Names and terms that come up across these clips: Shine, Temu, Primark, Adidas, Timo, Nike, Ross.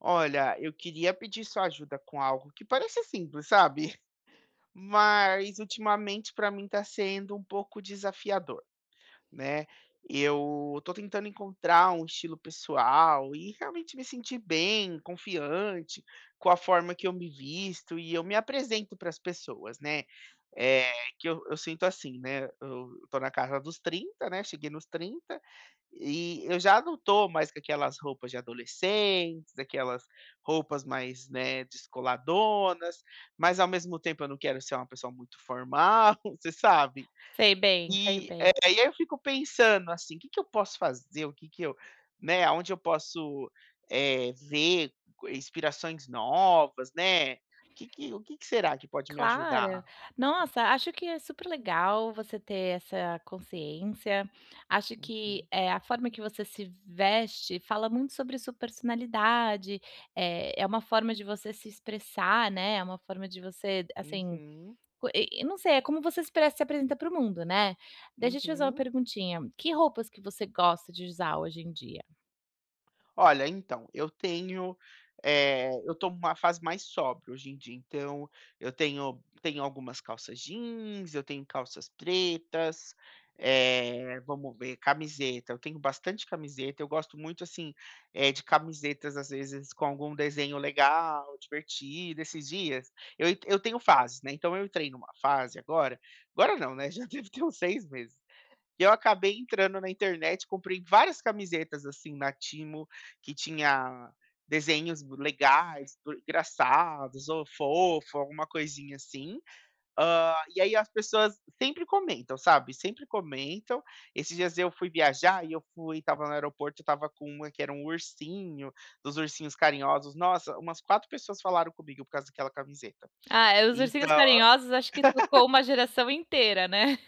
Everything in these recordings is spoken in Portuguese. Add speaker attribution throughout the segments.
Speaker 1: Olha, eu queria pedir sua ajuda com algo que parece simples, sabe? Mas ultimamente para mim está sendo um pouco desafiador, né. Eu tô tentando encontrar um estilo pessoal e realmente me sentir bem, confiante com a forma que eu me visto e eu me apresento para as pessoas, né. Eh, que eu sinto assim, né, eu tô na casa dos 30, né, cheguei nos 30 e eu já não tô mais com aquelas roupas de adolescentes, aquelas roupas mais, né, descoladonas, mas ao mesmo tempo eu não quero ser uma pessoa muito formal, você sabe?
Speaker 2: Sei bem, sei
Speaker 1: E, eh,
Speaker 2: bem.
Speaker 1: e aí eu fico pensando assim: o "Que que eu posso fazer? O que que eu", né, aonde eu posso, é ver co inspirações novas, né. Que O que que será que pode me ajudar?
Speaker 2: Claro. Nossa, acho que é super legal você ter essa consciência. Acho que,
Speaker 1: Uhum,
Speaker 2: a forma que você se veste fala muito sobre sua personalidade, é uma forma de você se expressar, né, é uma forma de você, assim,
Speaker 1: uhum,
Speaker 2: co e não sei, é como você se expressa e se apresenta para o mundo, né. Deixa eu te fazer uma
Speaker 1: uhum.
Speaker 2: perguntinha, que roupas que você gosta de usar hoje em dia?
Speaker 1: Olha, então, eu tenho, eu tô numa fase mais sóbria hoje em dia, então eu tenho algumas calças jeans, eu tenho calças pretas, vamos ver, camiseta, eu tenho bastante camiseta, eu gosto muito, assim, de camisetas, às vezes, com algum desenho legal, divertido. Esses dias eu tenho fases, né, então eu entrei numa fase agora, agora não, né, já deve ter uns 6 meses, e eu acabei entrando na internet, comprei várias camisetas, assim, na Timo que tinha desenhos legais, do engraçados ou fofo, alguma coisinha assim. E aí as pessoas sempre comentam, sabe, sempre comentam. Esses dias eu fui viajar e eu fui estava no aeroporto, eu estava com uma que era um ursinho, dos ursinhos carinhosos. Nossa, umas 4 pessoas falaram comigo por causa daquela camiseta.
Speaker 2: Ah, os
Speaker 1: Então,
Speaker 2: ursinhos carinhosos acho que tocou uma geração inteira, né.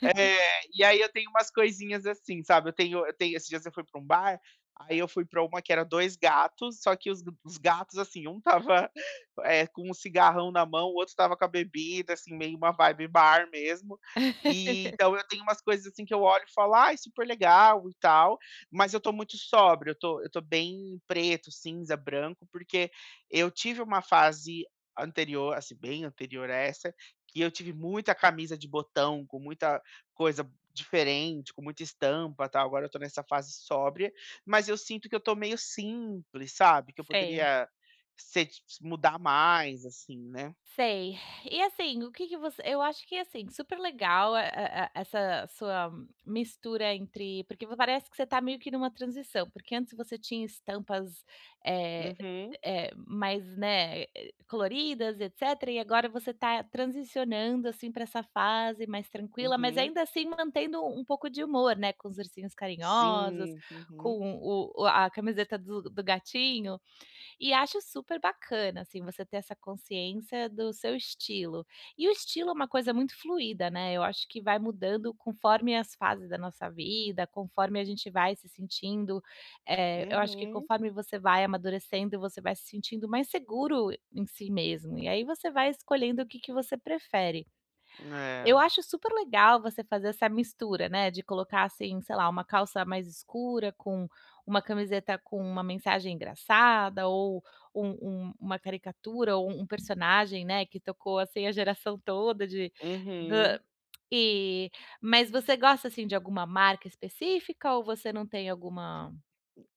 Speaker 1: e aí eu tenho umas coisinhas assim, sabe? Esses dias eu fui pra um bar, aí eu fui pra uma que era dois gatos, só que os gatos, assim, um tava é, com um cigarrão na mão, o outro tava com a bebida, assim, meio uma vibe bar mesmo. E então eu tenho umas coisas assim que eu olho e falo, ai, super legal e tal, mas eu tô muito sóbrio, eu tô bem preto, cinza, branco, porque eu tive uma fase anterior, assim, bem anterior a essa, que eu tive muita camisa de botão, com muita coisa diferente, com muita estampa, tal, agora eu tô nessa fase sóbria, mas eu sinto que eu tô meio simples, sabe, que eu
Speaker 2: Sei.
Speaker 1: poderia ser mudar mais, assim, né.
Speaker 2: Sei. E assim, o que que você eu acho que, assim, super legal a essa sua mistura entre porque parece que você tá meio que numa transição, porque antes você tinha estampas, eh
Speaker 1: Uhum,
Speaker 2: mais, né, é, coloridas, etcétera, e agora você tá transicionando, assim, para essa fase mais tranquila, mas
Speaker 1: uhum.
Speaker 2: ainda assim mantendo um pouco de humor, né, com os ursinhos carinhosos,
Speaker 1: Sim, uhum,
Speaker 2: com o a camiseta do gatinho. E acho super bacana, assim, você ter essa consciência do seu estilo. E o estilo é uma coisa muito fluida, né, eu acho que vai mudando conforme as fases da nossa vida, conforme a gente vai se sentindo, eu acho que
Speaker 1: uhum.
Speaker 2: conforme você vai amadurecendo, você vai se sentindo mais seguro em si mesmo, e aí você vai escolhendo o que que você prefere.
Speaker 1: É,
Speaker 2: Eu acho super legal você fazer essa mistura, né, de colocar, assim, sei lá, uma calça mais escura com uma camiseta com uma mensagem engraçada ou um uma caricatura ou um personagem, né, que tocou, assim, a geração toda de
Speaker 1: uhum.
Speaker 2: da e mas você gosta, assim, de alguma marca específica ou você não tem alguma.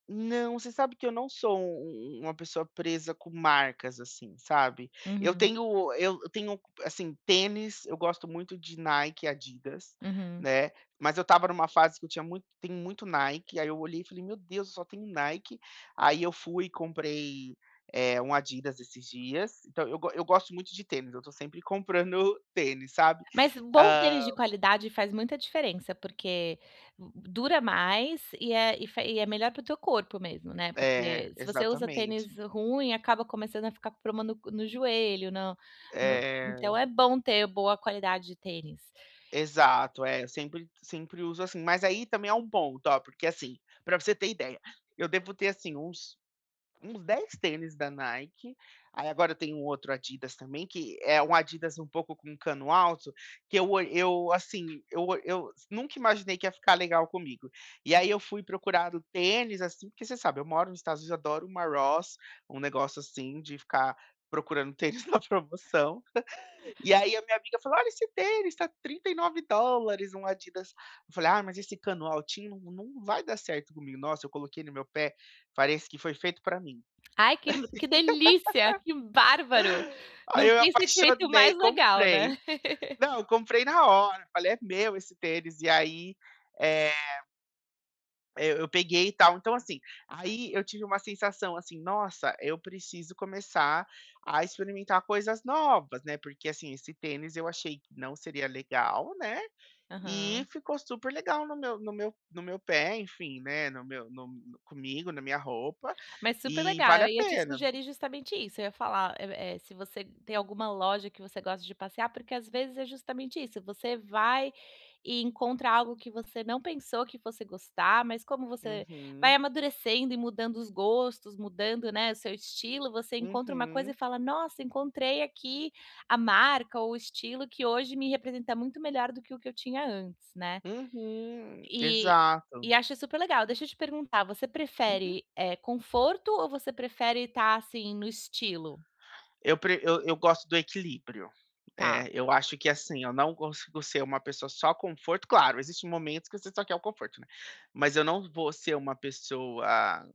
Speaker 1: Não, você sabe que eu não sou uma pessoa presa com marcas, assim, sabe. Eu
Speaker 2: Uhum,
Speaker 1: tenho eu tenho, assim, tênis, eu gosto muito de Nike, Adidas,
Speaker 2: uhum.
Speaker 1: né, mas eu estava numa fase que eu tinha muito Nike, aí eu olhei e falei: "Meu Deus, eu só tenho Nike". Aí eu fui e comprei, um Adidas esses dias, então eu gosto muito de tênis, eu tô sempre comprando tênis, sabe.
Speaker 2: Mas bom,
Speaker 1: Hã,
Speaker 2: tênis de qualidade faz muita diferença, porque dura mais e é e é melhor para o teu corpo mesmo, né,
Speaker 1: é,
Speaker 2: porque se você usa
Speaker 1: exatamente.
Speaker 2: tênis ruim, acaba começando a ficar com problema no joelho, no. No
Speaker 1: Eh
Speaker 2: então é bom ter boa qualidade de tênis.
Speaker 1: Exato, é, eu sempre uso assim. Mas aí também é um ponto, ó, porque assim, pra você ter ideia, eu devo ter assim uns 10 tênis da Nike, aí agora eu tenho um outro Adidas também, que é um Adidas um pouco com cano alto, que eu olh eu assim, eu ol- eu nunca imaginei que ia ficar legal comigo. E aí eu fui procurar o tênis, assim, porque você sabe, eu moro nos Estados Unidos, eu adoro uma Ross, um negócio assim de ficar procurando tênis na promoção. E aí a minha amiga falou: "Olha esse tênis, tá $39, um Adidas". Eu falei: "Ah, mas esse cano altinho não, não vai dar certo comigo". Nossa, eu coloquei no meu pé, parece que foi feito pra mim.
Speaker 2: Ai, que delícia, que bárbaro!
Speaker 1: Aí
Speaker 2: Não
Speaker 1: eu me
Speaker 2: tem sentimento
Speaker 1: apaixonei,
Speaker 2: mais legal,
Speaker 1: comprei.
Speaker 2: né.
Speaker 1: Não, eu comprei na hora, falei: "É meu esse tênis". E aí, eh, eu peguei e tal. Então assim, aí eu tive uma sensação assim: "Nossa, eu preciso começar a experimentar coisas novas", né, porque assim, esse tênis eu achei que não seria legal, né. E
Speaker 2: Aham.
Speaker 1: ficou super legal no meu pé, enfim, né, no meu no no comigo, na minha roupa,
Speaker 2: Mas super
Speaker 1: e
Speaker 2: legal,
Speaker 1: vale
Speaker 2: eu
Speaker 1: a
Speaker 2: ia te
Speaker 1: pena.
Speaker 2: sugerir justamente isso, eu ia falar, se você tem alguma loja que você gosta de passear, porque às vezes é justamente isso, você vai e encontra algo que você não pensou que fosse gostar, mas como você vai
Speaker 1: Uhum,
Speaker 2: amadurecendo e mudando os gostos, mudando, né, o seu estilo, você encontra uma coisa
Speaker 1: uhum,
Speaker 2: e fala: "Nossa, encontrei aqui a marca ou o estilo que hoje me representa muito melhor do que o que eu tinha antes", né.
Speaker 1: uhum,
Speaker 2: E
Speaker 1: exato.
Speaker 2: acho super legal. Deixa eu te perguntar, você
Speaker 1: Uhum.
Speaker 2: prefere, conforto ou você prefere estar, assim, no estilo?
Speaker 1: Eu pre eu gosto do equilíbrio.
Speaker 2: Tá.
Speaker 1: É, eu acho que, assim, eu não consigo ser uma pessoa só conforto, claro, existem momentos que você só quer o conforto, né, mas eu não vou ser uma pessoa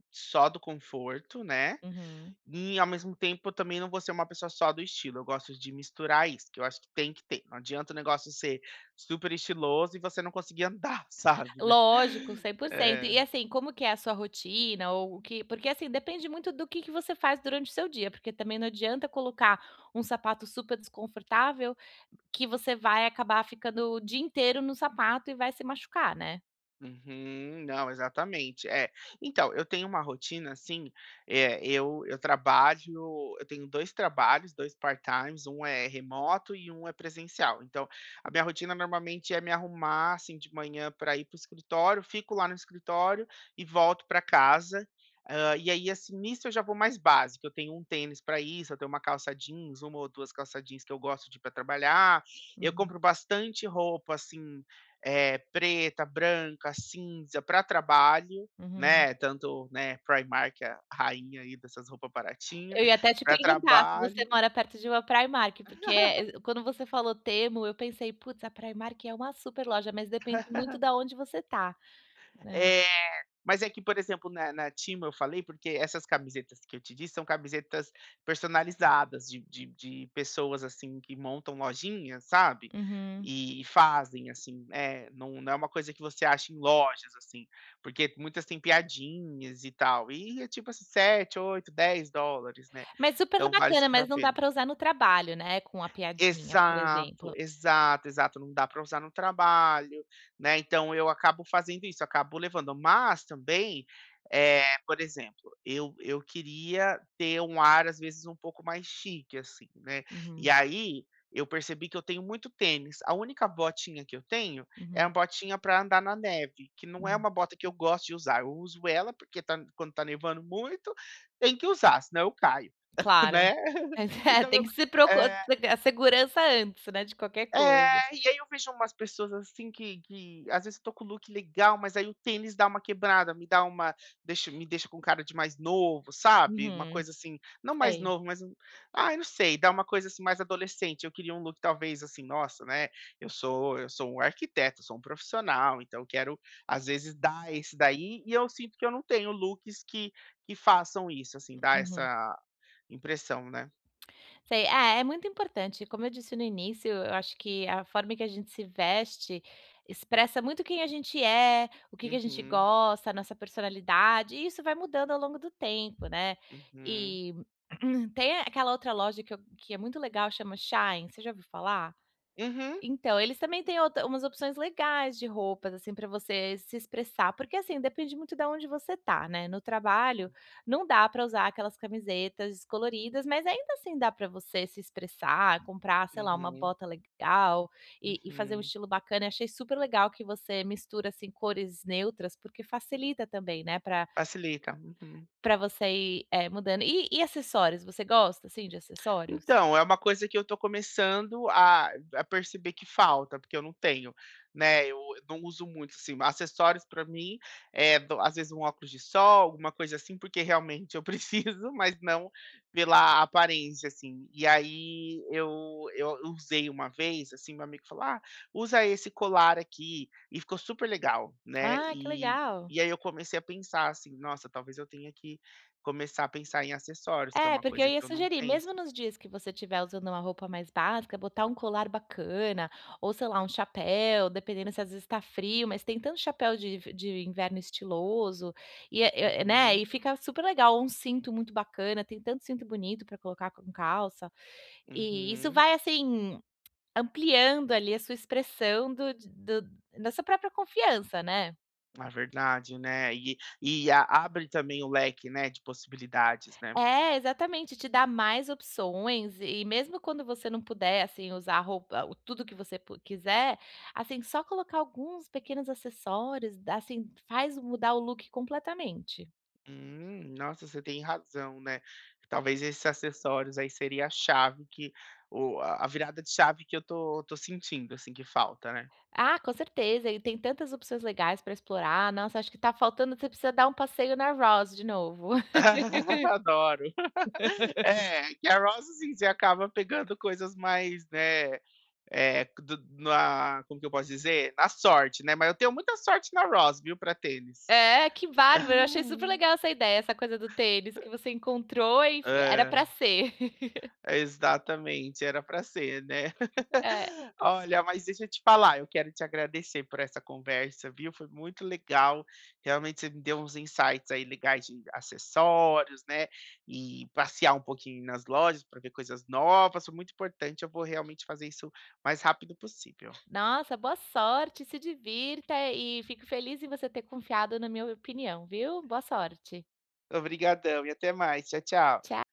Speaker 1: só do conforto, né.
Speaker 2: Uhum.
Speaker 1: E ao mesmo tempo eu também não vou ser uma pessoa só do estilo, eu gosto de misturar isso, que eu acho que tem que ter. Não adianta o negócio ser super estiloso e você não conseguir andar, sabe, né.
Speaker 2: Lógico, 100%.
Speaker 1: É.
Speaker 2: E, assim, como que é a sua rotina ou o que, porque, assim, depende muito do que você faz durante o seu dia, porque também não adianta colocar um sapato super desconfortável que você vai acabar ficando o dia inteiro no sapato e vai se machucar, né?
Speaker 1: Uhum, não, exatamente. É, então, eu tenho uma rotina assim. É, eu tenho 2 trabalhos, 2 part-times, um é remoto e um é presencial. Então, a minha rotina normalmente é me arrumar, assim, de manhã para ir para o escritório, fico lá no escritório e volto para casa. E aí, assim, nisso eu já vou mais básico, eu tenho um tênis para isso, eu tenho uma calça jeans, uma ou 2 calça jeans que eu gosto de ir pra trabalhar, eu
Speaker 2: Uhum,
Speaker 1: compro bastante roupa, assim, é, preta, branca, cinza para trabalho,
Speaker 2: uhum.
Speaker 1: né? Tanto, né, Primark, a rainha aí dessas roupas baratinhas,
Speaker 2: Eu ia até te
Speaker 1: para
Speaker 2: perguntar se
Speaker 1: trabalho.
Speaker 2: você mora perto de uma Primark, porque, quando você falou Temu, eu pensei: "Putz, a Primark é uma super loja", mas depende muito da onde você tá, né.
Speaker 1: É, mas é que, por exemplo, na Temu eu falei, porque essas camisetas que eu te disse são camisetas personalizadas de pessoas, assim, que montam lojinhas, sabe,
Speaker 2: Uhum.
Speaker 1: e fazem, assim, é, não é uma coisa que você acha em lojas, assim, porque muitas têm piadinhas e tal, e é tipo assim $7, $8, $10 né,
Speaker 2: Mas super
Speaker 1: então vale
Speaker 2: bacana,
Speaker 1: super a
Speaker 2: mas não dá
Speaker 1: pena.
Speaker 2: pra usar no trabalho, né, com a piadinha, por
Speaker 1: Exato,
Speaker 2: exemplo.
Speaker 1: exato, exato, não dá para usar no trabalho, né, então eu acabo fazendo isso, acabo levando. Mas também, por exemplo, eu queria ter um ar, às vezes, um pouco mais chique, assim, né, e
Speaker 2: Uhum,
Speaker 1: aí eu percebi que eu tenho muito tênis. A única botinha que eu tenho é
Speaker 2: uhum,
Speaker 1: uma botinha para andar na neve, que não é
Speaker 2: hum.
Speaker 1: uma bota que eu gosto de usar, eu uso ela porque quando tá nevando muito, tem que usar, senão eu caio,
Speaker 2: Claro.
Speaker 1: né.
Speaker 2: Mas é,
Speaker 1: Então
Speaker 2: tem
Speaker 1: eu
Speaker 2: que se procurar
Speaker 1: é
Speaker 2: a segurança antes, né, de qualquer coisa.
Speaker 1: e aí eu vejo umas pessoas assim que às vezes eu tô com o look legal, mas aí o tênis dá uma quebrada, me deixa com cara de mais novo, sabe, uma
Speaker 2: Uhum,
Speaker 1: coisa assim, não mais
Speaker 2: sei.
Speaker 1: novo, mas um, ai, não sei, dá uma coisa assim mais adolescente. Eu queria um look talvez assim, nossa, né, eu sou um arquiteto, eu sou um profissional, então eu quero às vezes dar esse daí e eu sinto que eu não tenho looks que façam isso, assim, dá
Speaker 2: Uhum.
Speaker 1: essa impressão, né.
Speaker 2: Sei. É, é muito importante. Como eu disse no início, eu acho que a forma que a gente se veste expressa muito quem a gente é, o que que a gente
Speaker 1: Uhum,
Speaker 2: gosta, a nossa personalidade, e isso vai mudando ao longo do tempo, né.
Speaker 1: uhum.
Speaker 2: E tem aquela outra loja que é muito legal, chama Shine. Você já ouviu falar?
Speaker 1: Uhum,
Speaker 2: Então, eles também têm outra umas opções legais de roupas, assim, para você se expressar, porque, assim, depende muito da onde você tá, né. No trabalho, não dá para usar aquelas camisetas coloridas, mas ainda assim dá para você se expressar, comprar, sei lá, uma
Speaker 1: uhum.
Speaker 2: bota legal e fazer um
Speaker 1: Uhum.
Speaker 2: estilo bacana. Eu achei super legal que você mistura, assim, cores neutras, porque facilita também, né, para
Speaker 1: Facilita. Uhum.
Speaker 2: para você ir, mudando. E acessórios, você gosta, assim, de acessórios?
Speaker 1: Então, é uma coisa que eu tô começando a perceber que falta, porque eu não tenho, né, eu não uso muito, assim, acessórios pra mim, eh, do às vezes um óculos de sol, alguma coisa assim, porque realmente eu preciso, mas não pela aparência, assim. E aí eu usei uma vez, assim, meu amigo falou: "Ah, usa esse colar aqui", e ficou super legal, né.
Speaker 2: Ah, que
Speaker 1: E
Speaker 2: legal.
Speaker 1: e aí eu comecei a pensar assim: "Nossa, talvez eu tenha que começar a pensar em acessórios", que é
Speaker 2: É,
Speaker 1: uma
Speaker 2: porque eu
Speaker 1: coisa
Speaker 2: ia
Speaker 1: que eu não
Speaker 2: sugerir,
Speaker 1: penso.
Speaker 2: mesmo nos dias que você estiver usando uma roupa mais básica, botar um colar bacana, ou sei lá, um chapéu, dependendo, se às vezes está frio, mas tem tanto chapéu de, de inverno estiloso, né,
Speaker 1: Uhum,
Speaker 2: e fica super legal, um cinto muito bacana, tem tanto cinto bonito para colocar com calça, e isso
Speaker 1: uhum.
Speaker 2: vai assim, ampliando ali a sua expressão da sua própria confiança, né?
Speaker 1: É verdade, né. E a abre também o leque, né, de possibilidades, né.
Speaker 2: É, exatamente, te dá mais opções e mesmo quando você não puder, assim, usar roupa o tudo que você pu quiser, assim, só colocar alguns pequenos acessórios, dá assim, faz mudar o look completamente.
Speaker 1: Nossa, você tem razão, né. Talvez esses acessórios aí seria a chave que o a virada de chave que eu tô sentindo, assim, que falta, né.
Speaker 2: Ah, com certeza, e tem tantas opções legais para explorar. Nossa, acho que tá faltando, você precisa dar um passeio na Ross de novo.
Speaker 1: Adoro. É, que a Ross, assim, você acaba pegando coisas mais, né, é, do na como que eu posso dizer? Na sorte, né, mas eu tenho muita sorte na Ross, viu, pra tênis.
Speaker 2: É, que bárbaro, eu achei super legal essa ideia, essa coisa do tênis que você encontrou e f era
Speaker 1: É,
Speaker 2: para ser.
Speaker 1: exatamente, era para ser, né.
Speaker 2: É.
Speaker 1: Olha, mas deixa eu te falar, eu quero te agradecer por essa conversa, viu, foi muito legal, realmente você me deu uns insights aí legais de acessórios, né, e passear um pouquinho nas lojas para ver coisas novas, foi muito importante, eu vou realmente fazer isso o mais rápido possível.
Speaker 2: Nossa, boa sorte, se divirta e fico feliz em você ter confiado na minha opinião, viu? Boa sorte.
Speaker 1: Obrigadão e até mais, tchau, tchau.
Speaker 2: Tchau.